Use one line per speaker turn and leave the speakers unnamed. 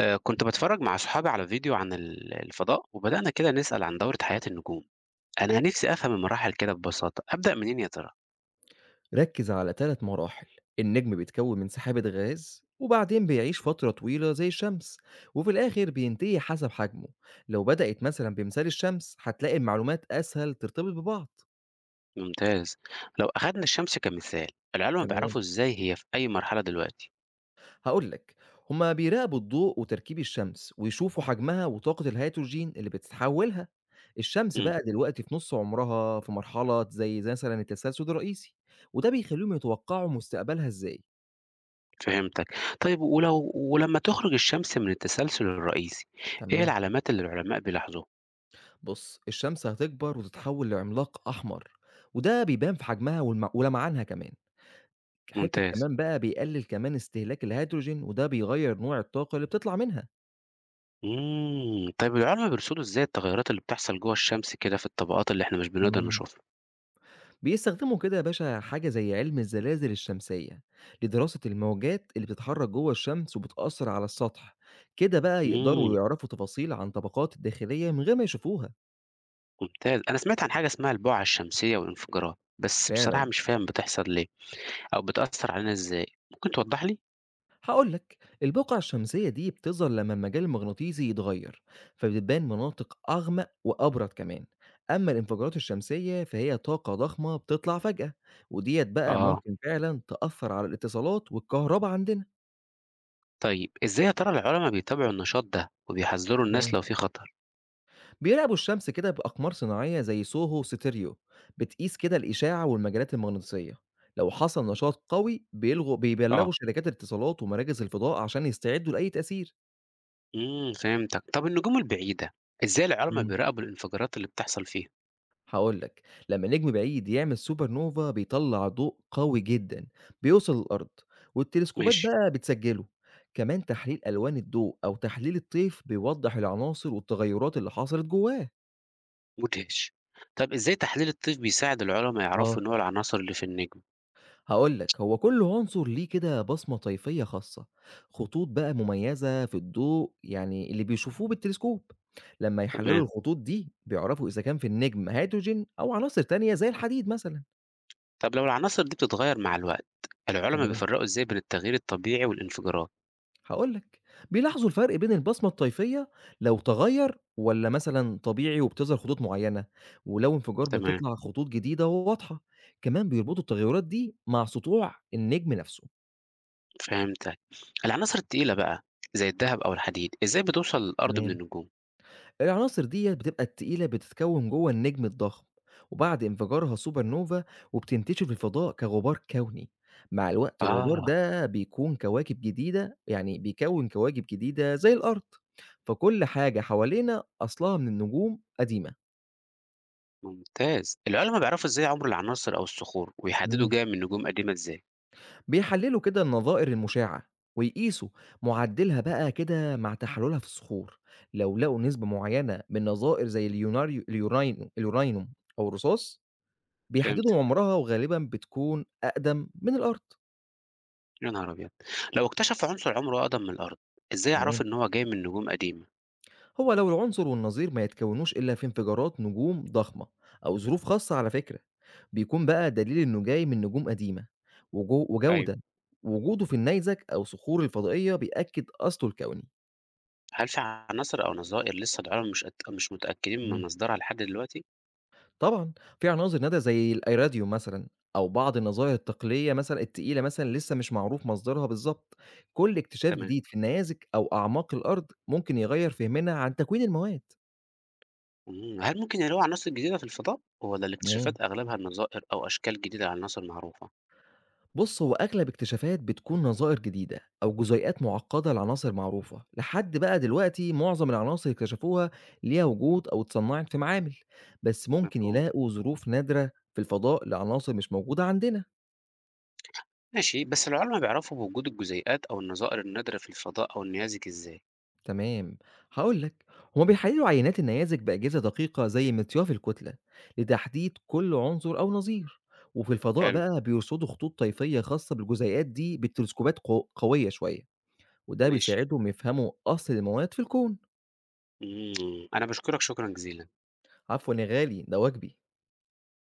كنت باتفرّج مع صحابي على فيديو عن الفضاء، وبدأنا كده نسأل عن دورة حياة النجوم، أنا نفسي أفهم المراحل كده ببساطة، أبدأ منين يا ترى؟
ركز على 3 مراحل. النجم بيتكون من سحابة غاز وبعدين بيعيش فترة طويلة زي الشمس، وفي الآخر بينتهي حسب حجمه. لو بدأت مثلا بمثال الشمس هتلاقي المعلومات أسهل ترتبط ببعض.
ممتاز، لو أخدنا الشمس كمثال، العلماء
تمام،
بيعرفوا إزاي هي في أي مرحلة دلوقتي؟
هقول لك. هما بيراقبوا الضوء وتركيب الشمس ويشوفوا حجمها وطاقة الهيدروجين اللي بتتحولها. الشمس
إمم،
بقى دلوقتي في نص عمرها في مرحلة زي مثلا التسلسل الرئيسي، وده بيخليهم يتوقعوا مستقبلها ازاي.
فهمتك، طيب ولمّا تخرج الشمس من التسلسل الرئيسي، إيه
تمام.
العلامات اللي العلماء بيلاحظوها؟
بُص، الشمس هتكبر وتتحول لعملاق أحمر، وده بيبان في حجمها ولمعانها كمان. حتة
ممتاز،
كمان بقى بيقلل كمان استهلاك الهيدروجين، وده بيغيّر نوع الطاقة اللي بتطلع منها.
إمم، طيب العلماء بيرصدوا إزاي التغيرات اللي بتحصل جوّه الشمس كده في الطبقات اللي إحنا مش بنقدر
إمم.
نشوفها؟
بيستخدموا كده يا باشا حاجة زي علم الزلازل الشمسية، لدراسة الموجات اللي بتتحرك جوه الشمس وبتأثر على السطح، كده بقى يقدروا
إمم.
يعرفوا تفاصيل عن طبقات الداخلية من غير ما يشوفوها.
ممتاز. أنا سمعت عن حاجة اسمها البُقعة الشمسية والانفجارات، بس بصراحة
فعلًا.
مش فاهم بتحصل ليه أو بتأثّر علينا إزاي، ممكن توضّح لي؟
هقول لك، البقع الشمسية دي بتظهر لما المجال المغناطيسي يتغير، فبتبان مناطق أغمق وأبرد كمان. أما الانفجارات الشمسية فهي طاقة ضخمة بتطلع فجأة، وديت بقى
آه،
ممكن فعلا تأثر على الاتصالات والكهرباء عندنا.
طيب إزاي يا ترى العُلَما بيتابعوا النشاط ده وبيحذّروا
كمان
الناس لو في خطر؟
بيراقبوا الشمس كده بأقمار صناعية زي سوهو ستيريو، بتقيس كده الإشاعة والمجالات المغناطيسية. لو حصل نشاط قوي
آه،
بيبلغوا شركات الاتصالات ومراكز الفضاء عشان يستعدوا لأي تأثير.
إمم، فهمتك. طب النجوم البعيدة، إزاي العُلَما بيراقبوا الانفجارات اللي بتحصل فيها؟
هاقول لك، لمّا نجم بعيد يعمل سوبر نوفا بيطلّع ضوء قوي جدًا بيوصل للأرض، والتلسكوبات
ماشي،
بقى بتسجّله. كمان تحليل ألوان الضوء أو تحليل الطيف بيوضّح العناصر والتغيرات اللي حصلت جواه.
مدهش. طب إزاي تحليل الطيف بيساعد العُلَما
آه.
يعرفوا نوع العناصر اللي في النجم؟
هاقول لك، هو كل عنصر ليه كده بصمة طيفية خاصة، خطوط بقى مميزة في الضوء يعني اللي بيشوفوه بالتلسكوب. لمّا يحلّلوا
تمام.
الخطوط دي بيعرفوا إذا كان في النجم هيدروجين أو عناصر تانية زي الحديد مثلًا.
طب لو العناصر دي بتتغيّر مع الوقت، العُلَما
تمام.
بيفرّقوا إزاي بين التغيير الطبيعي والانفجارات؟
هاقول لك، بيلاحظوا الفرق بين البصمة الطيفية. لو تغيّر والّا مثلًا طبيعي وبتظهر خطوط معيّنة، ولو انفجار
تمام.
بتطلع خطوط جديدة وواضحة. كمان بيربطوا التغيرات دي مع سطوع النجم نفسه.
فهمتك. العناصر التقيلة بقى زي الذهب أو الحديد إزاي بتوصل للأرض من
تمام،
النجوم؟
العناصر ديّة بتبقى التقيلة بتتكوّن جوّه النجم الضخم، وبعد انفجارها سوبر نوفا وبتنتشر في الفضاء كغبار كوني. مع الوقت الغبار
آه،
ده بيكون كواكب جديدة، يعني بيكوّن كواكب جديدة زي الأرض، فكل حاجة حوالينا أصلها من النجوم قديمة.
ممتاز. العلماء بيعرفوا إزاي عمر العناصر أو الصخور ويحددوا
إمم،
جاية من نجوم قديمة إزاي؟
بيحلّلوا كده النظائر المُشعّة، ويقيسوا معدِّلها بقى كده مع تحلُّلها في الصخور. لو لقوا نسبة معيّنة من نظائر زي اليوناريو اليورانيو اليورانيوم أو الرصاص،
فهمت.
بيحدّدوا عُمرها وغالبًا بتكون أقدم من الأرض.
يا نهار أبيض، لو اكتشفوا عنصر عمره أقدم من الأرض إزاي
تمام،
يعرفوا إن هو جاي من نجوم قديمة؟
هو لو العنصر والنظير ما يتكوّنوش إلا في انفجارات نجوم ضخمة أو ظروف خاصة على فكرة، بيكون بقى دليل إنه جاي من نجوم قديمة. وجو
أيوه،
وجودة وجوده في النيزك أو الصخور الفضائية بيأكد أصله الكوني.
هل في عناصر أو نظائر لسه العلماء مش متأكدين
إمم.
من مصدرها لحد دلوقتي؟
طبعًا، في عناصر ندى زي الأيراديوم مثلًا أو بعض النظائر التقليدية مثلًا التقيلة مثلًا لسه مش معروف مصدرها بالضبط. كل اكتشاف
تمام.
جديد في النيازك أو أعماق الأرض ممكن يغيّر فهمنا عن تكوين المواد.
مم، هل ممكن يلاقوا عناصر جديدة في الفضاء ولا
تمام،
الاكتشافات أغلبها نظائر أو أشكال جديدة لعناصر معروفة؟
بُص هو أغلب اكتشافات بتكون نظائر جديدة أو جزيئات معقدة لعناصر معروفة. لحد بقى دلوقتي معظم العناصر اللي اكتشفوها ليها وجود أو اتصنعت في معامل، بس ممكن
مفهوم.
يلاقوا ظروف نادرة في الفضاء لعناصر مش موجودة عندنا.
ماشي، بس العلماء بيعرفوا بوجود الجزيئات أو النظائر النادرة في الفضاء أو النيازك إزاي؟
تمام، هقول لك. هما بيحللوا عينات النيازك بأجهزة دقيقة زي مطياف الكتلة لتحديد كل عنصر أو نظير. وفي الفضاء
حلو.
بقى بيرصدوا خطوط طيفية خاصة بالجزيئات دي بتلسكوبات قوية شوية، وده
ماشي.
بيساعدهم يفهموا أصل المواد في الكون.
مم، أنا بشكرك شكرا جزيلا.
عفوا يا غالي، ده واجبي.